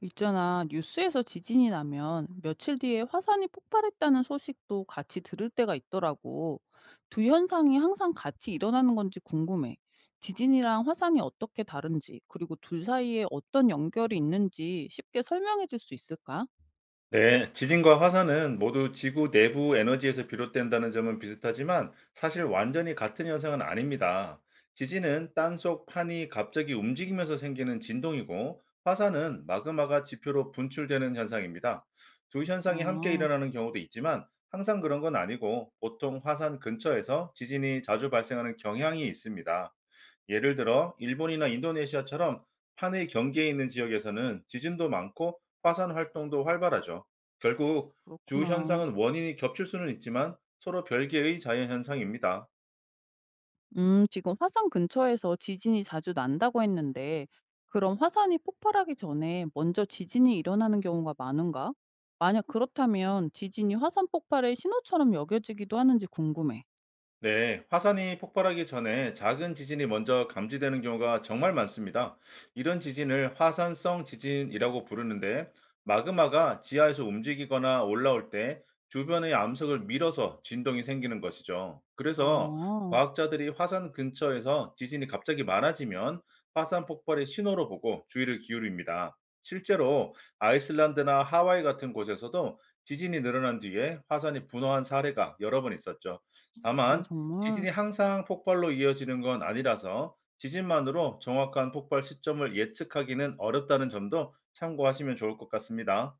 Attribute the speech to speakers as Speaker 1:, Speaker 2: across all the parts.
Speaker 1: 있잖아, 뉴스에서 지진이 나면 며칠 뒤에 화산이 폭발했다는 소식도 같이 들을 때가 있더라고. 두 현상이 항상 같이 일어나는 건지 궁금해. 지진이랑 화산이 어떻게 다른지, 그리고 둘 사이에 어떤 연결이 있는지 쉽게 설명해 줄 수 있을까?
Speaker 2: 네, 지진과 화산은 모두 지구 내부 에너지에서 비롯된다는 점은 비슷하지만 사실 완전히 같은 현상은 아닙니다. 지진은 땅속 판이 갑자기 움직이면서 생기는 진동이고, 화산은 마그마가 지표로 분출되는 현상입니다. 두 현상이 함께
Speaker 1: 아,
Speaker 2: 일어나는 경우도 있지만, 항상 그런 건 아니고 보통 화산 근처에서 지진이 자주 발생하는 경향이 있습니다. 예를 들어 일본이나 인도네시아처럼 판의 경계에 있는 지역에서는 지진도 많고 화산 활동도 활발하죠. 결국 두
Speaker 1: 그렇구나.
Speaker 2: 현상은 원인이 겹칠 수는 있지만 서로 별개의 자연 현상입니다.
Speaker 1: 지금 화산 근처에서 지진이 자주 난다고 했는데, 그럼 화산이 폭발하기 전에 먼저 지진이 일어나는 경우가 많은가? 만약 그렇다면 지진이 화산 폭발의 신호처럼 여겨지기도 하는지 궁금해.
Speaker 2: 네, 화산이 폭발하기 전에 작은 지진이 먼저 감지되는 경우가 정말 많습니다. 이런 지진을 화산성 지진이라고 부르는데, 마그마가 지하에서 움직이거나 올라올 때 주변의 암석을 밀어서 진동이 생기는 것이죠. 그래서
Speaker 1: 아,
Speaker 2: 과학자들이 화산 근처에서 지진이 갑자기 많아지면 화산 폭발의 신호로 보고 주의를 기울입니다. 실제로 아이슬란드나 하와이 같은 곳에서도 지진이 늘어난 뒤에 화산이 분화한 사례가 여러 번 있었죠.
Speaker 1: 아,
Speaker 2: 다만
Speaker 1: 정말?
Speaker 2: 지진이 항상 폭발로 이어지는 건 아니라서, 지진만으로 정확한 폭발 시점을 예측하기는 어렵다는 점도 참고하시면 좋을 것 같습니다.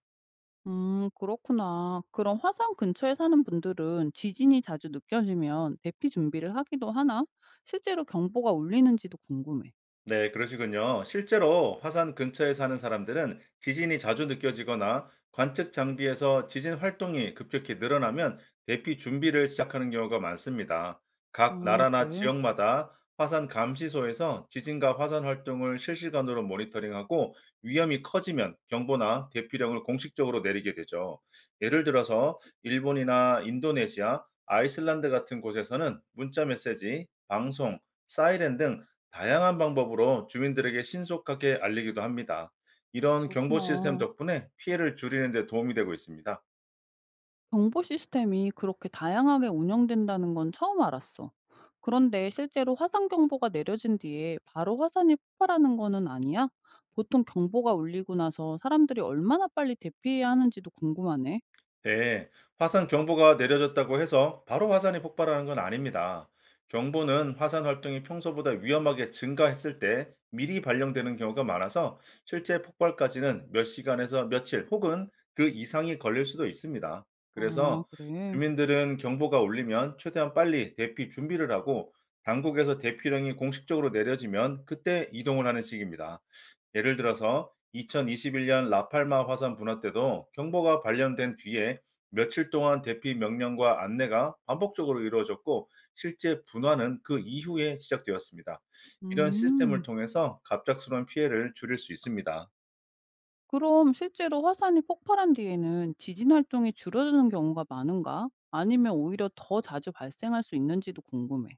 Speaker 1: 그렇구나. 그럼 화산 근처에 사는 분들은 지진이 자주 느껴지면 대피 준비를 하기도 하나? 실제로 경보가 울리는지도 궁금해.
Speaker 2: 네, 그러시군요. 실제로 화산 근처에 사는 사람들은 지진이 자주 느껴지거나 관측 장비에서 지진 활동이 급격히 늘어나면 대피 준비를 시작하는 경우가 많습니다. 각
Speaker 1: 아,
Speaker 2: 나라나
Speaker 1: 그래.
Speaker 2: 지역마다 화산 감시소에서 지진과 화산 활동을 실시간으로 모니터링하고, 위험이 커지면 경보나 대피령을 공식적으로 내리게 되죠. 예를 들어서 일본이나 인도네시아, 아이슬란드 같은 곳에서는 문자 메시지, 방송, 사이렌 등 다양한 방법으로 주민들에게 신속하게 알리기도 합니다. 이런 경보 시스템
Speaker 1: 그렇구나.
Speaker 2: 덕분에 피해를 줄이는 데 도움이 되고 있습니다.
Speaker 1: 정보 시스템이 그렇게 다양하게 운영된다는 건 처음 알았어. 그런데 실제로 화산 경보가 내려진 뒤에 바로 화산이 폭발하는 거는 아니야? 보통 경보가 울리고 나서 사람들이 얼마나 빨리 대피해야 하는지도 궁금하네.
Speaker 2: 네, 화산 경보가 내려졌다고 해서 바로 화산이 폭발하는 건 아닙니다. 경보는 화산 활동이 평소보다 위험하게 증가했을 때 미리 발령되는 경우가 많아서, 실제 폭발까지는 몇 시간에서 며칠, 혹은 그 이상이 걸릴 수도 있습니다.
Speaker 1: 아,
Speaker 2: 그래서
Speaker 1: 그래.
Speaker 2: 주민들은 경보가 울리면 최대한 빨리 대피 준비를 하고, 당국에서 대피령이 공식적으로 내려지면 그때 이동을 하는 식입니다. 예를 들어서 2021년 라팔마 화산 분화 때도 경보가 발령된 뒤에 며칠 동안 대피 명령과 안내가 반복적으로 이루어졌고, 실제 분화는 그 이후에 시작되었습니다. 이런 시스템을
Speaker 1: 음.
Speaker 2: 통해서 갑작스러운 피해를 줄일 수 있습니다.
Speaker 1: 그럼 실제로 화산이 폭발한 뒤에는 지진 활동이 줄어드는 경우가 많은가? 아니면 오히려 더 자주 발생할 수 있는지도 궁금해.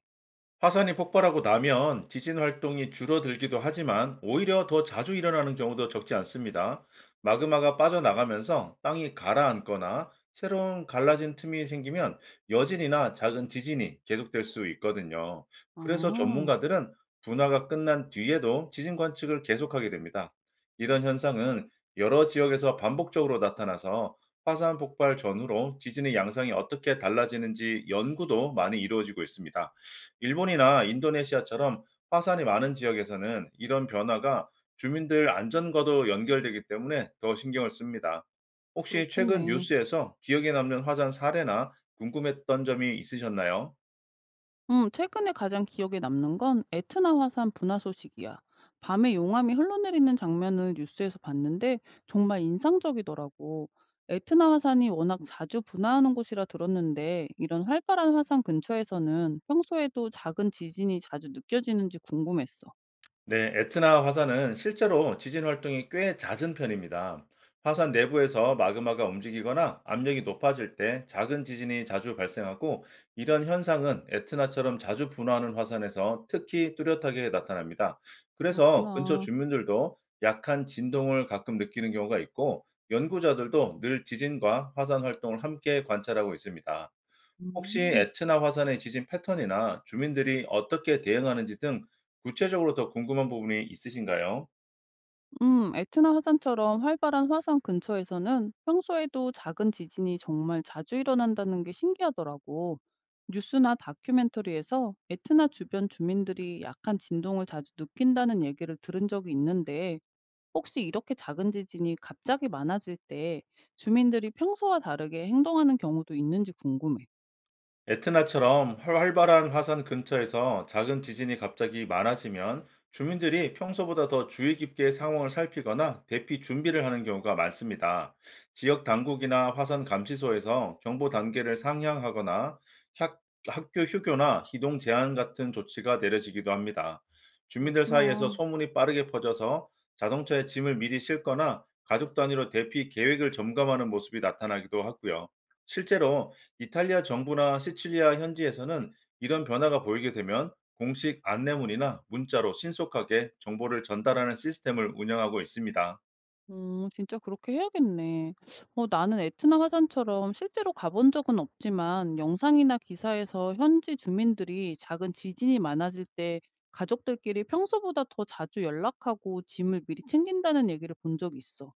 Speaker 2: 화산이 폭발하고 나면 지진 활동이 줄어들기도 하지만, 오히려 더 자주 일어나는 경우도 적지 않습니다. 마그마가 빠져나가면서 땅이 가라앉거나 새로운 갈라진 틈이 생기면 여진이나 작은 지진이 계속될 수 있거든요. 그래서
Speaker 1: 아,
Speaker 2: 전문가들은 분화가 끝난 뒤에도 지진 관측을 계속하게 됩니다. 이런 현상은 여러 지역에서 반복적으로 나타나서, 화산 폭발 전후로 지진의 양상이 어떻게 달라지는지 연구도 많이 이루어지고 있습니다. 일본이나 인도네시아처럼 화산이 많은 지역에서는 이런 변화가 주민들 안전과도 연결되기 때문에 더 신경을 씁니다. 혹시
Speaker 1: 그렇겠네.
Speaker 2: 최근 뉴스에서 기억에 남는 화산 사례나 궁금했던 점이 있으셨나요?
Speaker 1: 최근에 가장 기억에 남는 건 에트나 화산 분화 소식이야. 밤에 용암이 흘러내리는 장면을 뉴스에서 봤는데 정말 인상적이더라고. 에트나 화산이 워낙 자주 분화하는 곳이라 들었는데 이런 활발한 화산 근처에서는 평소에도 작은 지진이 자주 느껴지는지 궁금했어.
Speaker 2: 네, 에트나 화산은 실제로 지진 활동이 꽤 잦은 편입니다. 화산 내부에서 마그마가 움직이거나 압력이 높아질 때 작은 지진이 자주 발생하고, 이런 현상은 에트나처럼 자주 분화하는 화산에서 특히 뚜렷하게 나타납니다. 그래서 근처
Speaker 1: 그렇구나.
Speaker 2: 주민들도 약한 진동을 가끔 느끼는 경우가 있고, 연구자들도 늘 지진과 화산 활동을 함께 관찰하고 있습니다. 혹시
Speaker 1: 음.
Speaker 2: 에트나 화산의 지진 패턴이나 주민들이 어떻게 대응하는지 등, 구체적으로 더 궁금한 부분이 있으신가요?
Speaker 1: 에트나 화산처럼 활발한 화산 근처에서는 평소에도 작은 지진이 정말 자주 일어난다는 게 신기하더라고. 뉴스나 다큐멘터리에서 에트나 주변 주민들이 약한 진동을 자주 느낀다는 얘기를 들은 적이 있는데, 혹시 이렇게 작은 지진이 갑자기 많아질 때 주민들이 평소와 다르게 행동하는 경우도 있는지 궁금해.
Speaker 2: 에트나처럼 활발한 화산 근처에서 작은 지진이 갑자기 많아지면 주민들이 평소보다 더 주의 깊게 상황을 살피거나 대피 준비를 하는 경우가 많습니다. 지역 당국이나 화산 감시소에서 경보 단계를 상향하거나, 학- 학교 휴교나 이동 제한 같은 조치가 내려지기도 합니다. 주민들 사이에서
Speaker 1: 그렇구나.
Speaker 2: 소문이 빠르게 퍼져서 자동차에 짐을 미리 싣거나 가족 단위로 대피 계획을 점검하는 모습이 나타나기도 하고요. 실제로 이탈리아 정부나 시칠리아 현지에서는 이런 변화가 보이게 되면 공식 안내문이나 문자로 신속하게 정보를 전달하는 시스템을 운영하고 있습니다.
Speaker 1: 진짜 그렇게 해야겠네. 어 나는 에트나 화산처럼 실제로 가본 적은 없지만 영상이나 기사에서 현지 주민들이 작은 지진이 많아질 때 가족들끼리 평소보다 더 자주 연락하고 짐을 미리 챙긴다는 얘기를 본 적이 있어.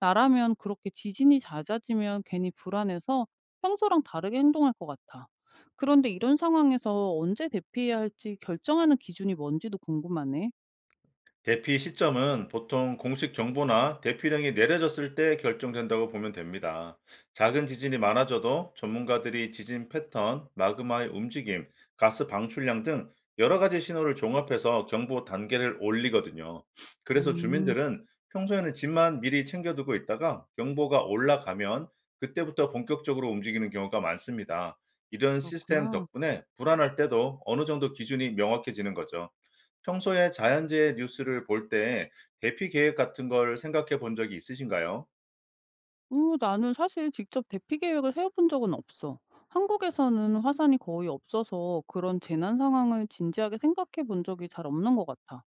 Speaker 1: 나라면 그렇게 지진이 잦아지면 괜히 불안해서 평소랑 다르게 행동할 것 같아. 그런데 이런 상황에서 언제 대피해야 할지 결정하는 기준이 뭔지도 궁금하네.
Speaker 2: 대피 시점은 보통 공식 경보나 대피령이 내려졌을 때 결정된다고 보면 됩니다. 작은 지진이 많아져도 전문가들이 지진 패턴, 마그마의 움직임, 가스 방출량 등 여러 가지 신호를 종합해서 경보 단계를 올리거든요. 그래서
Speaker 1: 음,
Speaker 2: 주민들은 평소에는 집만 미리 챙겨두고 있다가 경보가 올라가면 그때부터 본격적으로 움직이는 경우가 많습니다. 이런 시스템
Speaker 1: 그렇구나.
Speaker 2: 덕분에 불안할 때도 어느 정도 기준이 명확해지는 거죠. 평소에 자연재해 뉴스를 볼 때 대피 계획 같은 걸 생각해 본 적이 있으신가요?
Speaker 1: 어 나는 사실 직접 대피 계획을 세워 본 적은 없어. 한국에서는 화산이 거의 없어서 그런 재난 상황을 진지하게 생각해 본 적이 잘 없는 것 같아.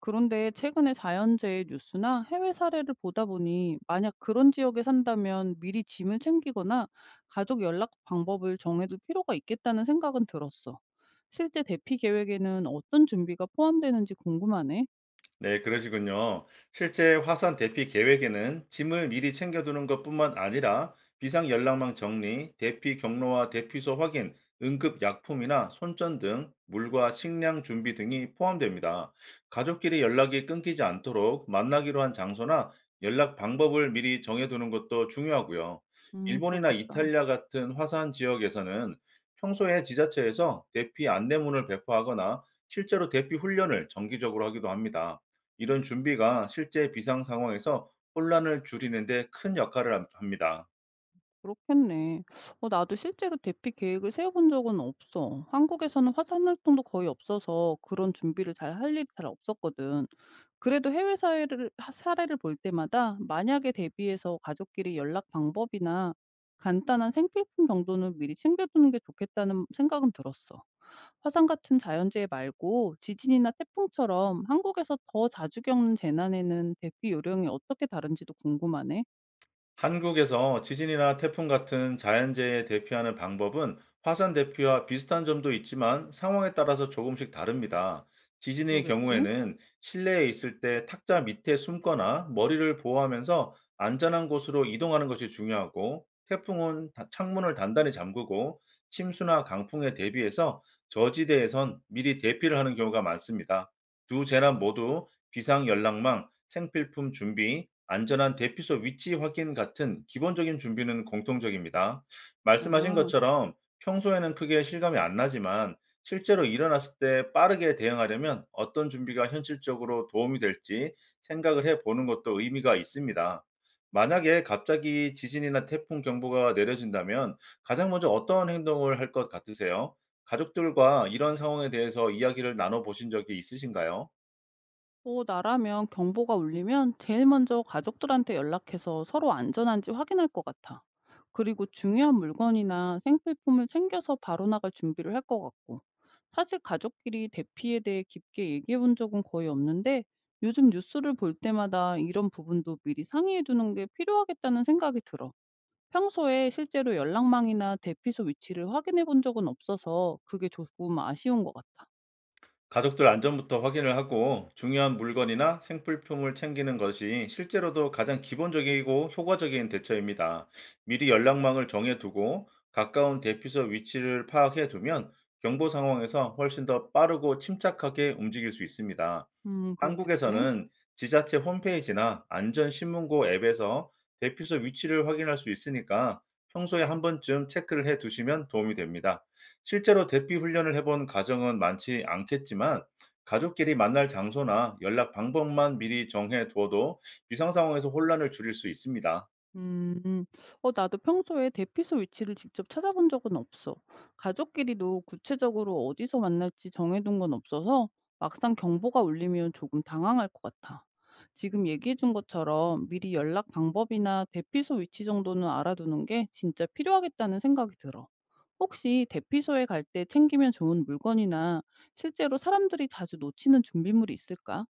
Speaker 1: 그런데 최근에 자연재해 뉴스나 해외 사례를 보다 보니 만약 그런 지역에 산다면 미리 짐을 챙기거나 가족 연락 방법을 정해둘 필요가 있겠다는 생각은 들었어. 실제 대피 계획에는 어떤 준비가 포함되는지 궁금하네.
Speaker 2: 네, 그러시군요. 실제 화산 대피 계획에는 짐을 미리 챙겨두는 것뿐만 아니라, 비상 연락망 정리, 대피 경로와 대피소 확인, 응급 약품이나 손전 등 물과 식량 준비 등이 포함됩니다. 가족끼리 연락이 끊기지 않도록 만나기로 한 장소나 연락 방법을 미리 정해두는 것도 중요하고요. 일본이나
Speaker 1: 그렇겠다.
Speaker 2: 이탈리아 같은 화산 지역에서는 평소에 지자체에서 대피 안내문을 배포하거나 실제로 대피 훈련을 정기적으로 하기도 합니다. 이런 준비가 실제 비상 상황에서 혼란을 줄이는 데 큰 역할을 함 합니다.
Speaker 1: 그렇겠네. 어, 나도 실제로 대피 계획을 세워본 적은 없어. 한국에서는 화산 활동도 거의 없어서 그런 준비를 잘 할 일이 잘 없었거든. 그래도 사례를 볼 때마다 만약에 대비해서 가족끼리 연락 방법이나 간단한 생필품 정도는 미리 챙겨두는 게 좋겠다는 생각은 들었어. 화산 같은 자연재해 말고 지진이나 태풍처럼 한국에서 더 자주 겪는 재난에는 대피 요령이 어떻게 다른지도 궁금하네.
Speaker 2: 한국에서 지진이나 태풍 같은 자연재해에 대피하는 방법은 화산 대피와 비슷한 점도 있지만 상황에 따라서 조금씩 다릅니다. 지진의
Speaker 1: 그러겠지?
Speaker 2: 경우에는 실내에 있을 때 탁자 밑에 숨거나 머리를 보호하면서 안전한 곳으로 이동하는 것이 중요하고, 태풍은 창문을 단단히 잠그고 침수나 강풍에 대비해서 저지대에선 미리 대피를 하는 경우가 많습니다. 두 재난 모두 비상 연락망, 생필품 준비, 안전한 대피소 위치 확인 같은 기본적인 준비는 공통적입니다. 말씀하신
Speaker 1: 아하.
Speaker 2: 것처럼 평소에는 크게 실감이 안 나지만, 실제로 일어났을 때 빠르게 대응하려면 어떤 준비가 현실적으로 도움이 될지 생각을 해 보는 것도 의미가 있습니다. 만약에 갑자기 지진이나 태풍 경보가 내려진다면 가장 먼저 어떤 행동을 할 것 같으세요? 가족들과 이런 상황에 대해서 이야기를 나눠 보신 적이 있으신가요?
Speaker 1: 뭐 나라면 경보가 울리면 제일 먼저 가족들한테 연락해서 서로 안전한지 확인할 것 같아. 그리고 중요한 물건이나 생필품을 챙겨서 바로 나갈 준비를 할 것 같고. 사실 가족끼리 대피에 대해 깊게 얘기해 본 적은 거의 없는데 요즘 뉴스를 볼 때마다 이런 부분도 미리 상의해 두는 게 필요하겠다는 생각이 들어. 평소에 실제로 연락망이나 대피소 위치를 확인해 본 적은 없어서 그게 조금 아쉬운 것 같아.
Speaker 2: 가족들 안전부터 확인을 하고 중요한 물건이나 생필품을 챙기는 것이 실제로도 가장 기본적이고 효과적인 대처입니다. 미리 연락망을 정해두고 가까운 대피소 위치를 파악해두면 경보 상황에서 훨씬 더 빠르고 침착하게 움직일 수 있습니다.
Speaker 1: 그렇겠지.
Speaker 2: 한국에서는 지자체 홈페이지나 안전신문고 앱에서 대피소 위치를 확인할 수 있으니까 평소에 한 번쯤 체크를 해 두시면 도움이 됩니다. 실제로 대피 훈련을 해본 가정은 많지 않겠지만, 가족끼리 만날 장소나 연락 방법만 미리 정해 두어도 비상 상황에서 혼란을 줄일 수 있습니다.
Speaker 1: 음. 어 나도 평소에 대피소 위치를 직접 찾아본 적은 없어. 가족끼리도 구체적으로 어디서 만날지 정해둔 건 없어서 막상 경보가 울리면 조금 당황할 것 같아. 지금 얘기해준 것처럼 미리 연락 방법이나 대피소 위치 정도는 알아두는 게 진짜 필요하겠다는 생각이 들어. 혹시 대피소에 갈 때 챙기면 좋은 물건이나 실제로 사람들이 자주 놓치는 준비물이 있을까?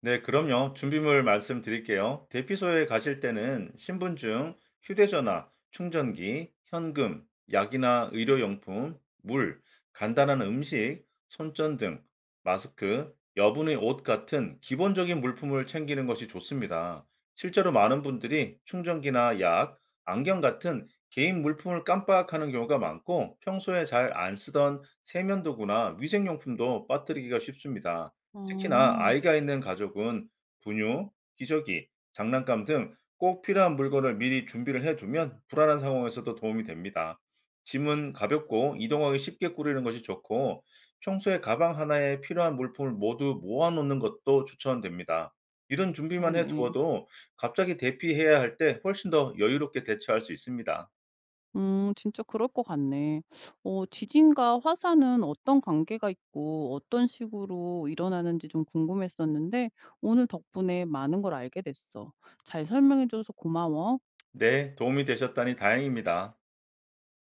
Speaker 2: 네, 그럼요. 준비물 말씀드릴게요. 대피소에 가실 때는 신분증, 휴대전화, 충전기, 현금, 약이나 의료용품, 물, 간단한 음식, 손전등, 마스크, 여분의 옷 같은 기본적인 물품을 챙기는 것이 좋습니다. 실제로 많은 분들이 충전기나 약, 안경 같은 개인 물품을 깜빡하는 경우가 많고, 평소에 잘 안 쓰던 세면도구나 위생용품도 빠뜨리기가 쉽습니다. 특히나
Speaker 1: 아
Speaker 2: 아이가 있는 가족은 분유, 기저귀, 장난감 등 꼭 필요한 물건을 미리 준비를 해두면 불안한 상황에서도 도움이 됩니다. 짐은 가볍고 이동하기 쉽게 꾸리는 것이 좋고, 평소에 가방 하나에 필요한 물품을 모두 모아놓는 것도 추천됩니다. 이런 준비만
Speaker 1: 그러네.
Speaker 2: 해두어도 갑자기 대피해야 할 때 훨씬 더 여유롭게 대처할 수 있습니다.
Speaker 1: 진짜 그럴 것 같네. 어 지진과 화산은 어떤 관계가 있고 어떤 식으로 일어나는지 좀 궁금했었는데 오늘 덕분에 많은 걸 알게 됐어. 잘 설명해 줘서 고마워.
Speaker 2: 네, 도움이 되셨다니 다행입니다.